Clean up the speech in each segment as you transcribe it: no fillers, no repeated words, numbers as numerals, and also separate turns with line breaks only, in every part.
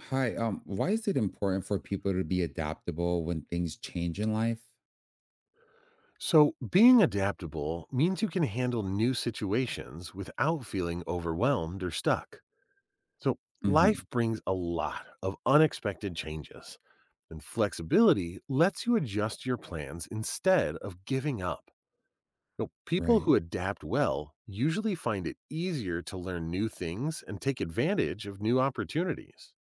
Hi, why is it important for people to be adaptable when things change in life?
So, being adaptable means you can handle new situations without feeling overwhelmed or stuck. So, life
Hmm.
brings a lot of unexpected changes, and flexibility lets you adjust your plans instead of giving up. So, people who
Right.
adapt well usually find it easier to learn new things and take advantage of new opportunities.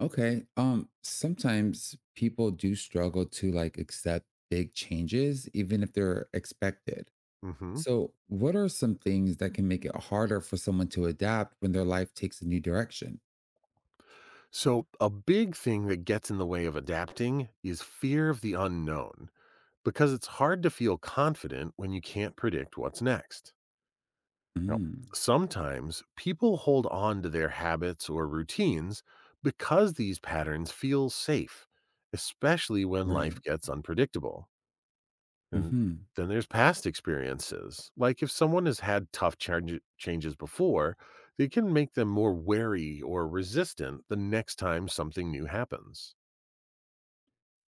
Okay. Sometimes people do struggle to accept big changes, even if they're expected.
Mhm.
So, what are some things that can make it harder for someone to adapt when their life takes a new direction?
So, a big thing that gets in the way of adapting is fear of the unknown, because it's hard to feel confident when you can't predict what's next. Now,
Mm,
sometimes people hold on to their habits or routines because these patterns feel safe, especially when life
right.
gets unpredictable. And
Hmm.
then there's past experiences. Like if someone has had tough changes before, they can make them more wary or resistant the next time something new happens.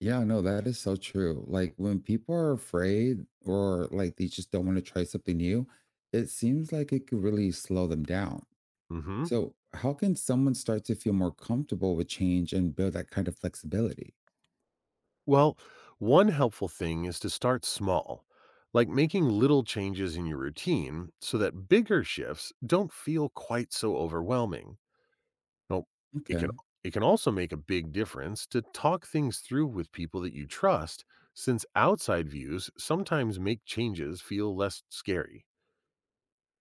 Yeah, no, that is so true. Like when people are afraid or they just don't want to try something new, it seems like it could really slow them down.
Hmm.
So, how can someone start to feel more comfortable with change and build that kind of flexibility?
Well, one helpful thing is to start small, like making little changes in your routine so that bigger shifts don't feel quite so overwhelming. Now, it
Okay.
can it can also make a big difference to talk things through with people that you trust, since outside views sometimes make changes feel less scary.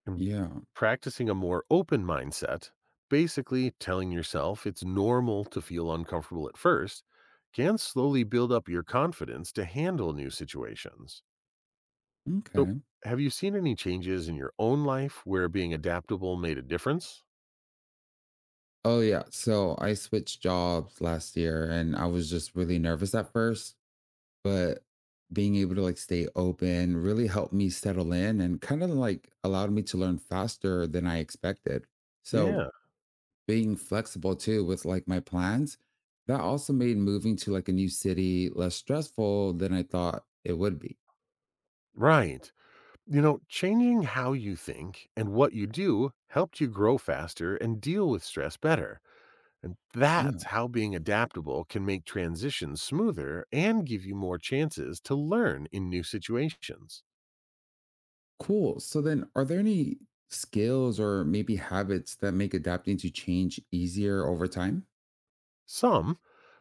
And
Yeah.
practicing a more open mindset, basically telling yourself it's normal to feel uncomfortable at first, can slowly build up your confidence to handle new situations. So,
Okay.
have you seen any changes in your own life where being adaptable made a difference?
Oh, yeah. So, I switched jobs last year and I was just really nervous at first, but being able to stay open really helped me settle in and kind of allowed me to learn faster than I expected. So,
Yeah,
being flexible too with my plans, that also made moving to a new city less stressful than I thought it would be.
right. You know, changing how you think and what you do helped you grow faster and deal with stress better. And
Yeah,
that's how being adaptable can make transitions smoother and give you more chances to learn in new situations.
cool. So then, are there any skills or maybe habits that make adapting to change easier over time?
Some,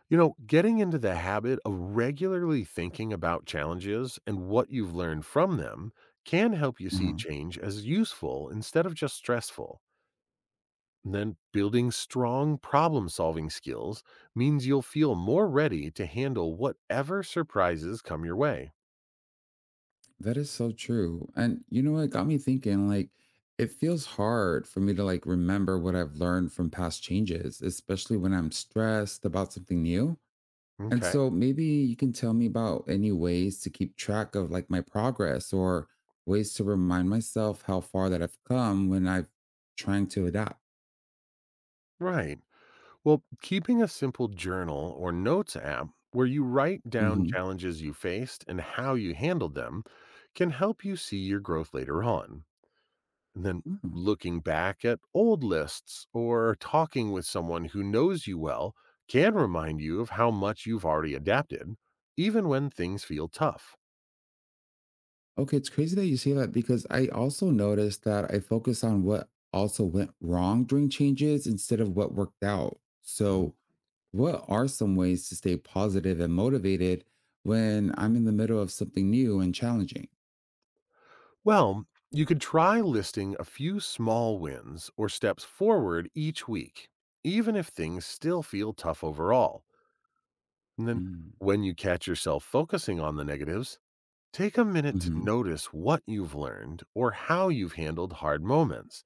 you know, getting into the habit of regularly thinking about challenges and what you've learned from them can help you see
Uh-huh.
change as useful instead of just stressful. And then building strong problem solving skills means you'll feel more ready to handle whatever surprises come your way.
That is so true. And what got me thinking, it feels hard for me to remember what I've learned from past changes, especially when I'm stressed about something new. And
Okay.
so maybe you can tell me about any ways to keep track of my progress or ways to remind myself how far that I've come when I'm trying to adapt.
Right. Well, keeping a simple journal or notes app where you write down
Hmm.
challenges you faced and how you handled them can help you see your growth later on. And then
Oh.
looking back at old lists or talking with someone who knows you well can remind you of how much you've already adapted, even when things feel tough.
Okay, it's crazy that you say that because I also noticed that I focus on what also went wrong during changes instead of what worked out.
Mm.
So, what are some ways to stay positive and motivated when I'm in the middle of something new and challenging?
Well, you could try listing a few small wins or steps forward each week, even if things still feel tough overall. And then when you catch yourself focusing on the negatives, take a minute to
Mm-hmm.
notice what you've learned or how you've handled hard moments.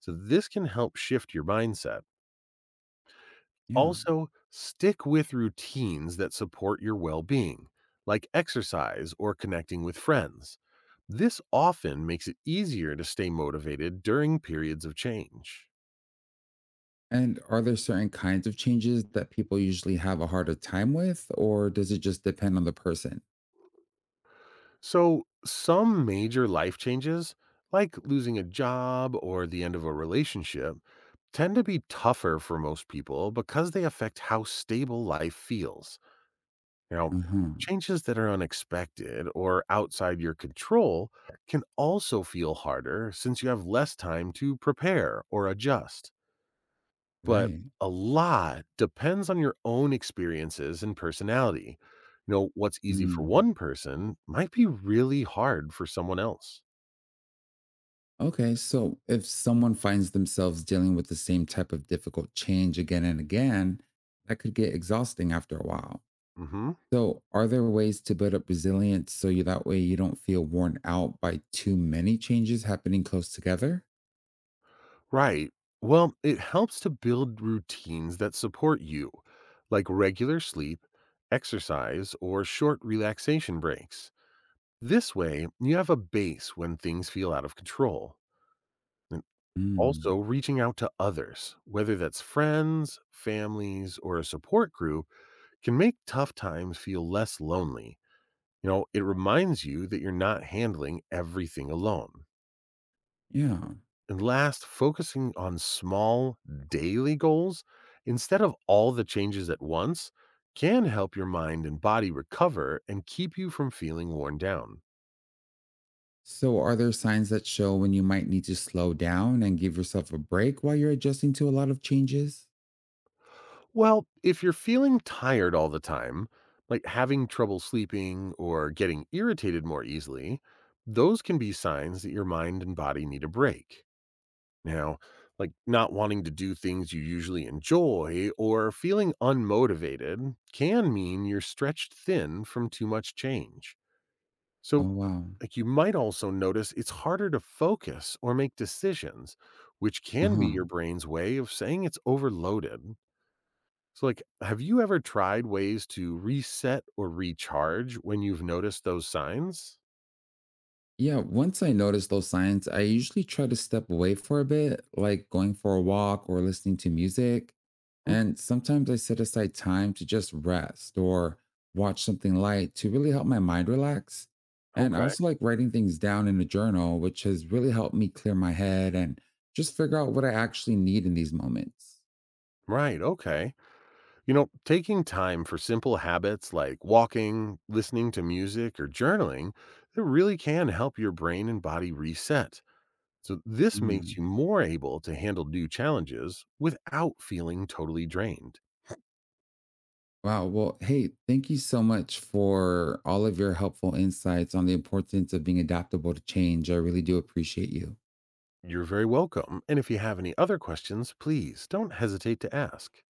So this can help shift your mindset.
Yeah.
Also, stick with routines that support your well being, like exercise or connecting with friends. This often makes it easier to stay motivated during periods of change.
And are there certain kinds of changes that people usually have a harder time with, or does it just depend on the person?
So, some major life changes, like losing a job or the end of a relationship, tend to be tougher for most people because they affect how stable life feels. Now,
Uh huh.
changes that are unexpected or outside your control can also feel harder since you have less time to prepare or adjust. But
Right.
a lot depends on your own experiences and personality. You know, what's easy for
Mm.
one person might be really hard for someone else.
Okay. So if someone finds themselves dealing with the same type of difficult change again and again, that could get exhausting after a while.
Hmm.
So, are there ways to build up resilience so you that way you don't feel worn out by too many changes happening close together?
Right. Well, it helps to build routines that support you, like regular sleep, exercise, or short relaxation breaks. This way, you have a base when things feel out of control. And also,
Mm.
reaching out to others, whether that's friends, families, or a support group, can make tough times feel less lonely. You know, it reminds you that you're not handling everything alone.
Yeah.
And last, focusing on small daily goals instead of all the changes at once can help your mind and body recover and keep you from feeling worn down.
So, are there signs that show when you might need to slow down and give yourself a break while you're adjusting to a lot of changes?
Well, if you're feeling tired all the time, like having trouble sleeping or getting irritated more easily, those can be signs that your mind and body need a break. Now, like not wanting to do things you usually enjoy or feeling unmotivated can mean you're stretched thin from too much change.
Oh,
So,
wow.
like, you might also notice it's harder to focus or make decisions, which
Uh
can be
huh.
your brain's way of saying it's overloaded. So, like, have you ever tried ways to reset or recharge when you've noticed those signs?
Yeah, once I notice those signs, I usually try to step away for a bit, like going for a walk or listening to music.
Okay.
And sometimes I set aside time to just rest or watch something light to really help my mind relax. And I
Okay.
also like writing things down in a journal, which has really helped me clear my head and just figure out what I actually need in these moments.
Right. Okay. You know, taking time for simple habits like walking, listening to music, or journaling, it really can help your brain and body reset. So, this makes
Mm-hmm.
you more able to handle new challenges without feeling totally drained.
Wow. Well, hey, thank you so much for all of your helpful insights on the importance of being adaptable to change. I really do appreciate you.
You're very welcome. And if you have any other questions, please don't hesitate to ask.